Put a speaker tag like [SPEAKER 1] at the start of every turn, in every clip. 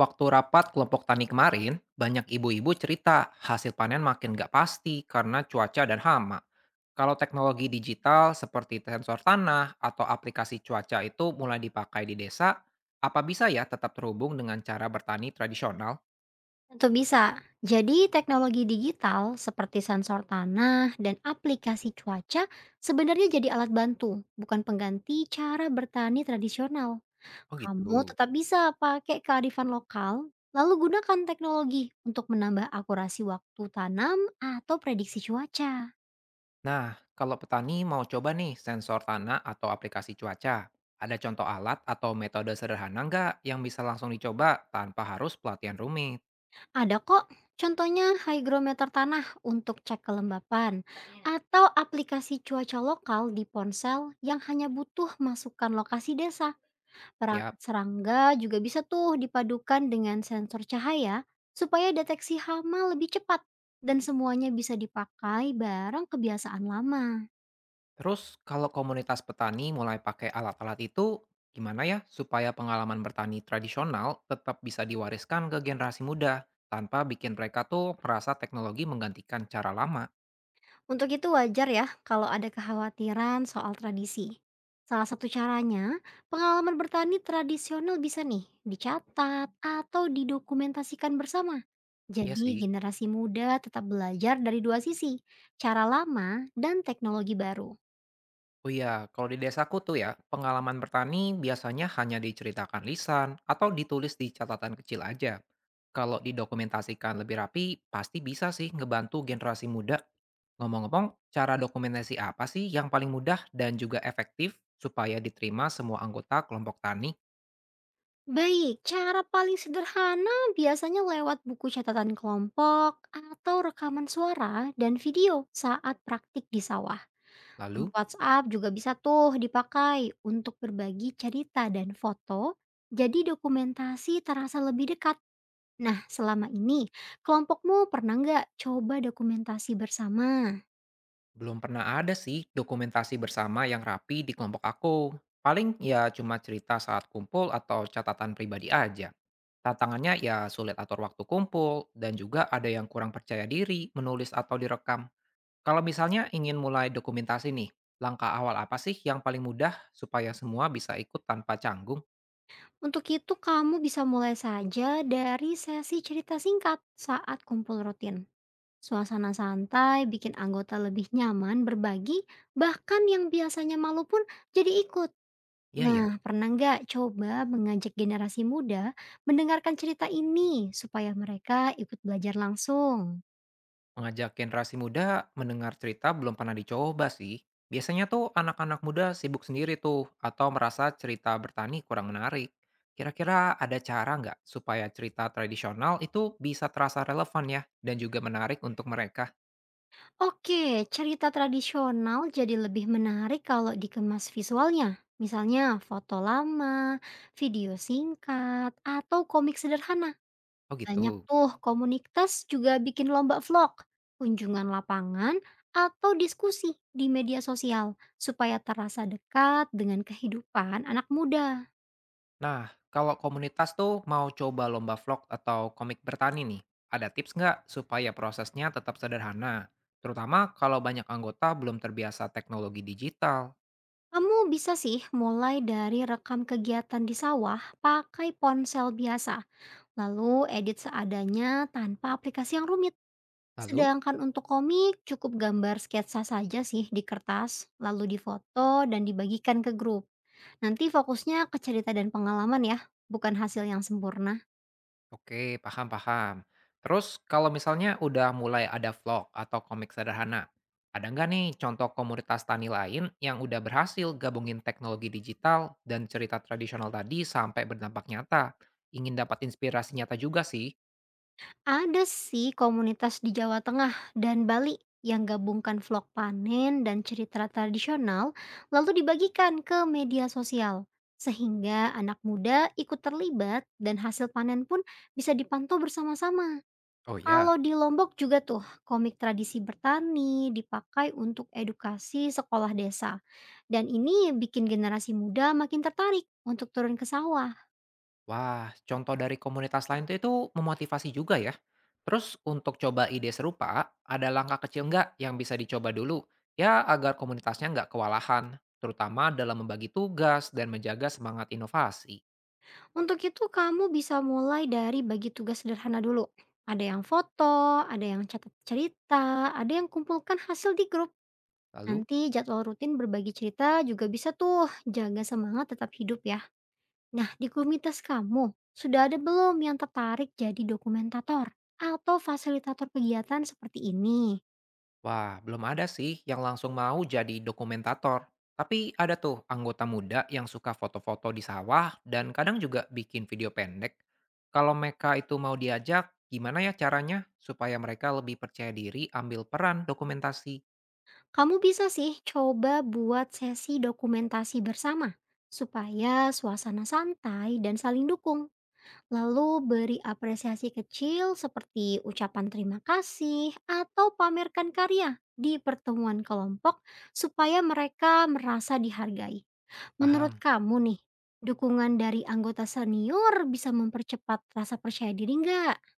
[SPEAKER 1] Waktu rapat kelompok tani kemarin, banyak ibu-ibu cerita hasil panen makin nggak pasti karena cuaca dan hama. Kalau teknologi digital seperti sensor tanah atau aplikasi cuaca itu mulai dipakai di desa, apa bisa ya tetap terhubung dengan cara bertani tradisional?
[SPEAKER 2] Tentu bisa. Jadi, teknologi digital seperti sensor tanah dan aplikasi cuaca sebenarnya jadi alat bantu, bukan pengganti cara bertani tradisional.
[SPEAKER 1] Oh
[SPEAKER 2] Kamu
[SPEAKER 1] gitu.
[SPEAKER 2] tetap bisa pakai kearifan lokal, lalu gunakan teknologi untuk menambah akurasi waktu tanam atau prediksi cuaca.
[SPEAKER 1] Nah, kalau petani mau coba nih sensor tanah atau aplikasi cuaca, ada contoh alat atau metode sederhana nggak yang bisa langsung dicoba tanpa harus pelatihan rumit?
[SPEAKER 2] Ada kok, contohnya hygrometer tanah untuk cek kelembapan, atau aplikasi cuaca lokal di ponsel yang hanya butuh masukan lokasi desa.
[SPEAKER 1] Siap.
[SPEAKER 2] Perangkat serangga juga bisa tuh dipadukan dengan sensor cahaya supaya deteksi hama lebih cepat, dan semuanya bisa dipakai bareng kebiasaan lama.
[SPEAKER 1] Terus kalau komunitas petani mulai pakai alat-alat itu, gimana ya supaya pengalaman bertani tradisional tetap bisa diwariskan ke generasi muda tanpa bikin mereka tuh merasa teknologi menggantikan cara lama?
[SPEAKER 2] Untuk itu wajar ya kalau ada kekhawatiran soal tradisi. Salah satu caranya, pengalaman bertani tradisional bisa nih dicatat atau didokumentasikan bersama.
[SPEAKER 1] Ya
[SPEAKER 2] Jadi
[SPEAKER 1] sih.
[SPEAKER 2] generasi muda tetap belajar dari 2 sisi, cara lama dan teknologi baru.
[SPEAKER 1] Oh iya, kalau di desaku tuh ya, pengalaman bertani biasanya hanya diceritakan lisan atau ditulis di catatan kecil aja. Kalau didokumentasikan lebih rapi, pasti bisa sih ngebantu generasi muda. Ngomong-ngomong, cara dokumentasi apa sih yang paling mudah dan juga efektif supaya diterima semua anggota kelompok tani?
[SPEAKER 2] Baik, cara paling sederhana biasanya lewat buku catatan kelompok atau rekaman suara dan video saat praktik di sawah. Grup
[SPEAKER 1] Lalu,
[SPEAKER 2] WhatsApp juga bisa tuh dipakai untuk berbagi cerita dan foto, jadi dokumentasi terasa lebih dekat. Nah, selama ini kelompokmu pernah nggak coba dokumentasi bersama?
[SPEAKER 1] belum pernah ada sih dokumentasi bersama yang rapi di kelompok aku. Paling ya cuma cerita saat kumpul atau catatan pribadi aja. Tantangannya ya sulit atur waktu kumpul, dan juga ada yang kurang percaya diri menulis atau direkam. Kalau misalnya ingin mulai dokumentasi nih, langkah awal apa sih yang paling mudah supaya semua bisa ikut tanpa canggung?
[SPEAKER 2] Untuk itu kamu bisa mulai saja dari sesi cerita singkat saat kumpul rutin. Suasana santai bikin anggota lebih nyaman berbagi, bahkan yang biasanya malu pun jadi ikut.
[SPEAKER 1] Iya ya,
[SPEAKER 2] Nah, pernah nggak coba mengajak generasi muda mendengarkan cerita ini supaya mereka ikut belajar langsung?
[SPEAKER 1] mengajak generasi muda mendengar cerita belum pernah dicoba sih. Biasanya tuh anak-anak muda sibuk sendiri tuh, atau merasa cerita bertani kurang menarik. Kira-kira ada cara nggak supaya cerita tradisional itu bisa terasa relevan ya, dan juga menarik untuk mereka?
[SPEAKER 2] Oke, cerita tradisional jadi lebih menarik kalau dikemas visualnya. Misalnya foto lama, video singkat, atau komik sederhana.
[SPEAKER 1] Oh
[SPEAKER 2] Banyak
[SPEAKER 1] gitu.
[SPEAKER 2] tuh komunitas juga bikin lomba vlog, kunjungan lapangan, atau diskusi di media sosial supaya terasa dekat dengan kehidupan anak muda.
[SPEAKER 1] Nah, kalau komunitas tuh mau coba lomba vlog atau komik bertani nih, ada tips nggak supaya prosesnya tetap sederhana? Terutama kalau banyak anggota belum terbiasa teknologi digital.
[SPEAKER 2] Kamu bisa sih mulai dari rekam kegiatan di sawah pakai ponsel biasa, lalu edit seadanya tanpa aplikasi yang rumit.
[SPEAKER 1] Lalu,
[SPEAKER 2] Sedangkan untuk komik, cukup gambar sketsa saja sih di kertas, lalu difoto dan dibagikan ke grup. Nanti fokusnya ke cerita dan pengalaman ya, bukan hasil yang sempurna.
[SPEAKER 1] oke, paham-paham. Terus, kalau misalnya udah mulai ada vlog atau komik sederhana, ada nggak nih contoh komunitas tani lain yang udah berhasil gabungin teknologi digital dan cerita tradisional tadi sampai berdampak nyata? Ingin dapat inspirasi nyata juga sih.
[SPEAKER 2] Ada sih komunitas di Jawa Tengah dan Bali yang gabungkan vlog panen dan cerita tradisional, lalu dibagikan ke media sosial. Sehingga anak muda ikut terlibat, dan hasil panen pun bisa dipantau bersama-sama.
[SPEAKER 1] Oh ya.
[SPEAKER 2] Kalau di Lombok juga tuh, komik tradisi bertani dipakai untuk edukasi sekolah desa. Dan ini bikin generasi muda makin tertarik untuk turun ke sawah.
[SPEAKER 1] Wah, contoh dari komunitas lain tuh itu memotivasi juga ya. Terus untuk coba ide serupa, ada langkah kecil nggak yang bisa dicoba dulu? Ya agar komunitasnya nggak kewalahan, terutama dalam membagi tugas dan menjaga semangat inovasi.
[SPEAKER 2] Untuk itu kamu bisa mulai dari bagi tugas sederhana dulu. Ada yang foto, ada yang catat cerita, ada yang kumpulkan hasil di grup.
[SPEAKER 1] Lalu?
[SPEAKER 2] Nanti jadwal rutin berbagi cerita juga bisa tuh jaga semangat tetap hidup ya. Nah, di komunitas kamu sudah ada belum yang tertarik jadi dokumentator atau fasilitator kegiatan seperti ini?
[SPEAKER 1] Wah, belum ada sih yang langsung mau jadi dokumentator. Tapi ada tuh anggota muda yang suka foto-foto di sawah dan kadang juga bikin video pendek. Kalau mereka itu mau diajak, gimana ya caranya supaya mereka lebih percaya diri ambil peran dokumentasi?
[SPEAKER 2] Kamu bisa sih coba buat sesi dokumentasi bersama supaya suasana santai dan saling dukung. Lalu beri apresiasi kecil seperti ucapan terima kasih atau pamerkan karya di pertemuan kelompok supaya mereka merasa dihargai. Menurut
[SPEAKER 1] Paham?
[SPEAKER 2] kamu nih, dukungan dari anggota senior bisa mempercepat rasa percaya diri nggak?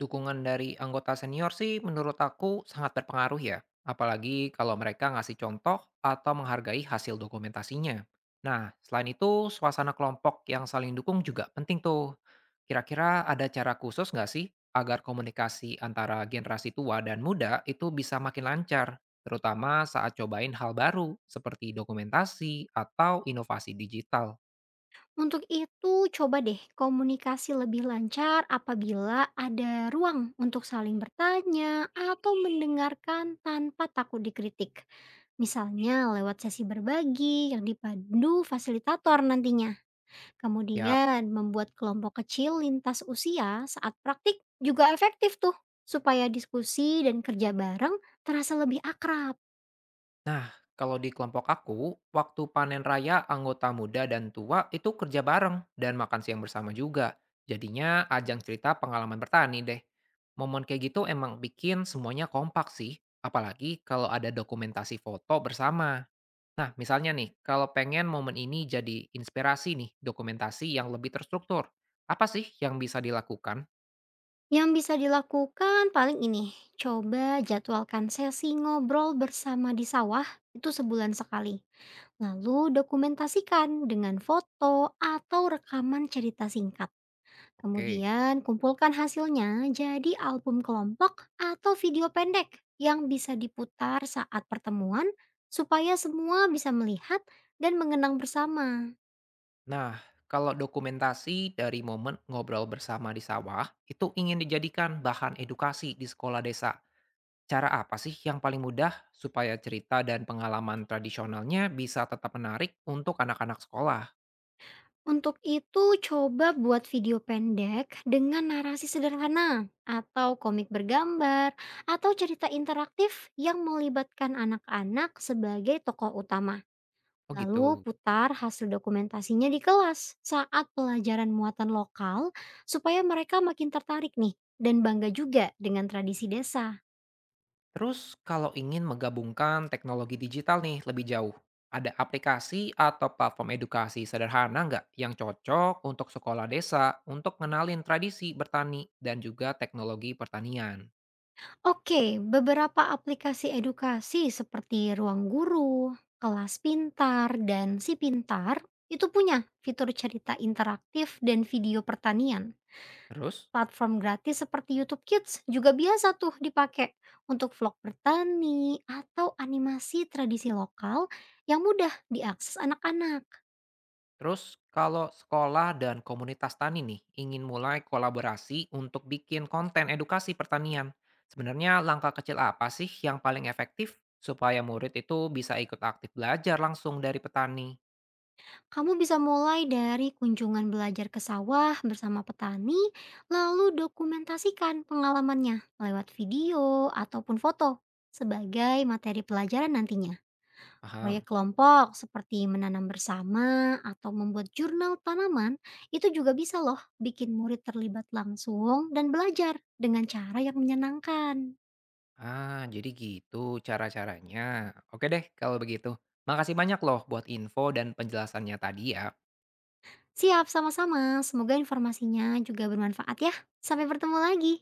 [SPEAKER 1] Dukungan dari anggota senior sih menurut aku sangat berpengaruh ya, apalagi kalau mereka ngasih contoh atau menghargai hasil dokumentasinya. Nah, selain itu, suasana kelompok yang saling dukung juga penting tuh. Kira-kira ada cara khusus nggak sih agar komunikasi antara generasi tua dan muda itu bisa makin lancar, terutama saat cobain hal baru seperti dokumentasi atau inovasi digital?
[SPEAKER 2] Untuk itu coba deh, komunikasi lebih lancar apabila ada ruang untuk saling bertanya atau mendengarkan tanpa takut dikritik. Misalnya lewat sesi berbagi yang dipandu fasilitator nantinya.
[SPEAKER 1] Ya,
[SPEAKER 2] Kemudian membuat kelompok kecil lintas usia saat praktik juga efektif tuh. Supaya diskusi dan kerja bareng terasa lebih akrab.
[SPEAKER 1] nah, kalau di kelompok aku, waktu panen raya anggota muda dan tua itu kerja bareng dan makan siang bersama juga. Jadinya ajang cerita pengalaman bertani deh. Momen kayak gitu emang bikin semuanya kompak sih, apalagi kalau ada dokumentasi foto bersama. Nah, misalnya nih, kalau pengen momen ini jadi inspirasi nih, dokumentasi yang lebih terstruktur. Apa sih yang bisa dilakukan?
[SPEAKER 2] Yang bisa dilakukan paling ini, coba jadwalkan sesi ngobrol bersama di sawah itu sebulan sekali. Lalu dokumentasikan dengan foto atau rekaman cerita singkat.
[SPEAKER 1] Oke.
[SPEAKER 2] Kemudian kumpulkan hasilnya jadi album kelompok atau video pendek yang bisa diputar saat pertemuan supaya semua bisa melihat dan mengenang bersama.
[SPEAKER 1] Nah, kalau dokumentasi dari momen ngobrol bersama di sawah itu ingin dijadikan bahan edukasi di sekolah desa. Cara apa sih yang paling mudah supaya cerita dan pengalaman tradisionalnya bisa tetap menarik untuk anak-anak sekolah?
[SPEAKER 2] Untuk itu coba buat video pendek dengan narasi sederhana, atau komik bergambar, atau cerita interaktif yang melibatkan anak-anak sebagai tokoh utama.
[SPEAKER 1] Oh
[SPEAKER 2] Lalu
[SPEAKER 1] gitu.
[SPEAKER 2] putar hasil dokumentasinya di kelas saat pelajaran muatan lokal supaya mereka makin tertarik nih, dan bangga juga dengan tradisi desa.
[SPEAKER 1] Terus kalau ingin menggabungkan teknologi digital nih lebih jauh, ada aplikasi atau platform edukasi sederhana nggak yang cocok untuk sekolah desa untuk ngenalin tradisi bertani dan juga teknologi pertanian?
[SPEAKER 2] Oke, beberapa aplikasi edukasi seperti Ruang Guru, Kelas Pintar, dan Si Pintar itu punya fitur cerita interaktif dan video pertanian.
[SPEAKER 1] Terus?
[SPEAKER 2] Platform gratis seperti YouTube Kids juga biasa tuh dipakai untuk vlog bertani atau animasi tradisi lokal yang mudah diakses anak-anak.
[SPEAKER 1] Terus kalau sekolah dan komunitas tani nih ingin mulai kolaborasi untuk bikin konten edukasi pertanian, sebenarnya langkah kecil apa sih yang paling efektif supaya murid itu bisa ikut aktif belajar langsung dari petani?
[SPEAKER 2] Kamu bisa mulai dari kunjungan belajar ke sawah bersama petani, lalu dokumentasikan pengalamannya lewat video ataupun foto sebagai materi pelajaran nantinya. Proyek
[SPEAKER 1] Paham?
[SPEAKER 2] kelompok seperti menanam bersama atau membuat jurnal tanaman itu juga bisa loh bikin murid terlibat langsung dan belajar dengan cara yang menyenangkan.
[SPEAKER 1] Ah, jadi gitu cara-caranya. Oke deh kalau begitu. Makasih banyak loh buat info dan penjelasannya tadi ya.
[SPEAKER 2] Siap, sama-sama, semoga informasinya juga bermanfaat ya. Sampai bertemu lagi.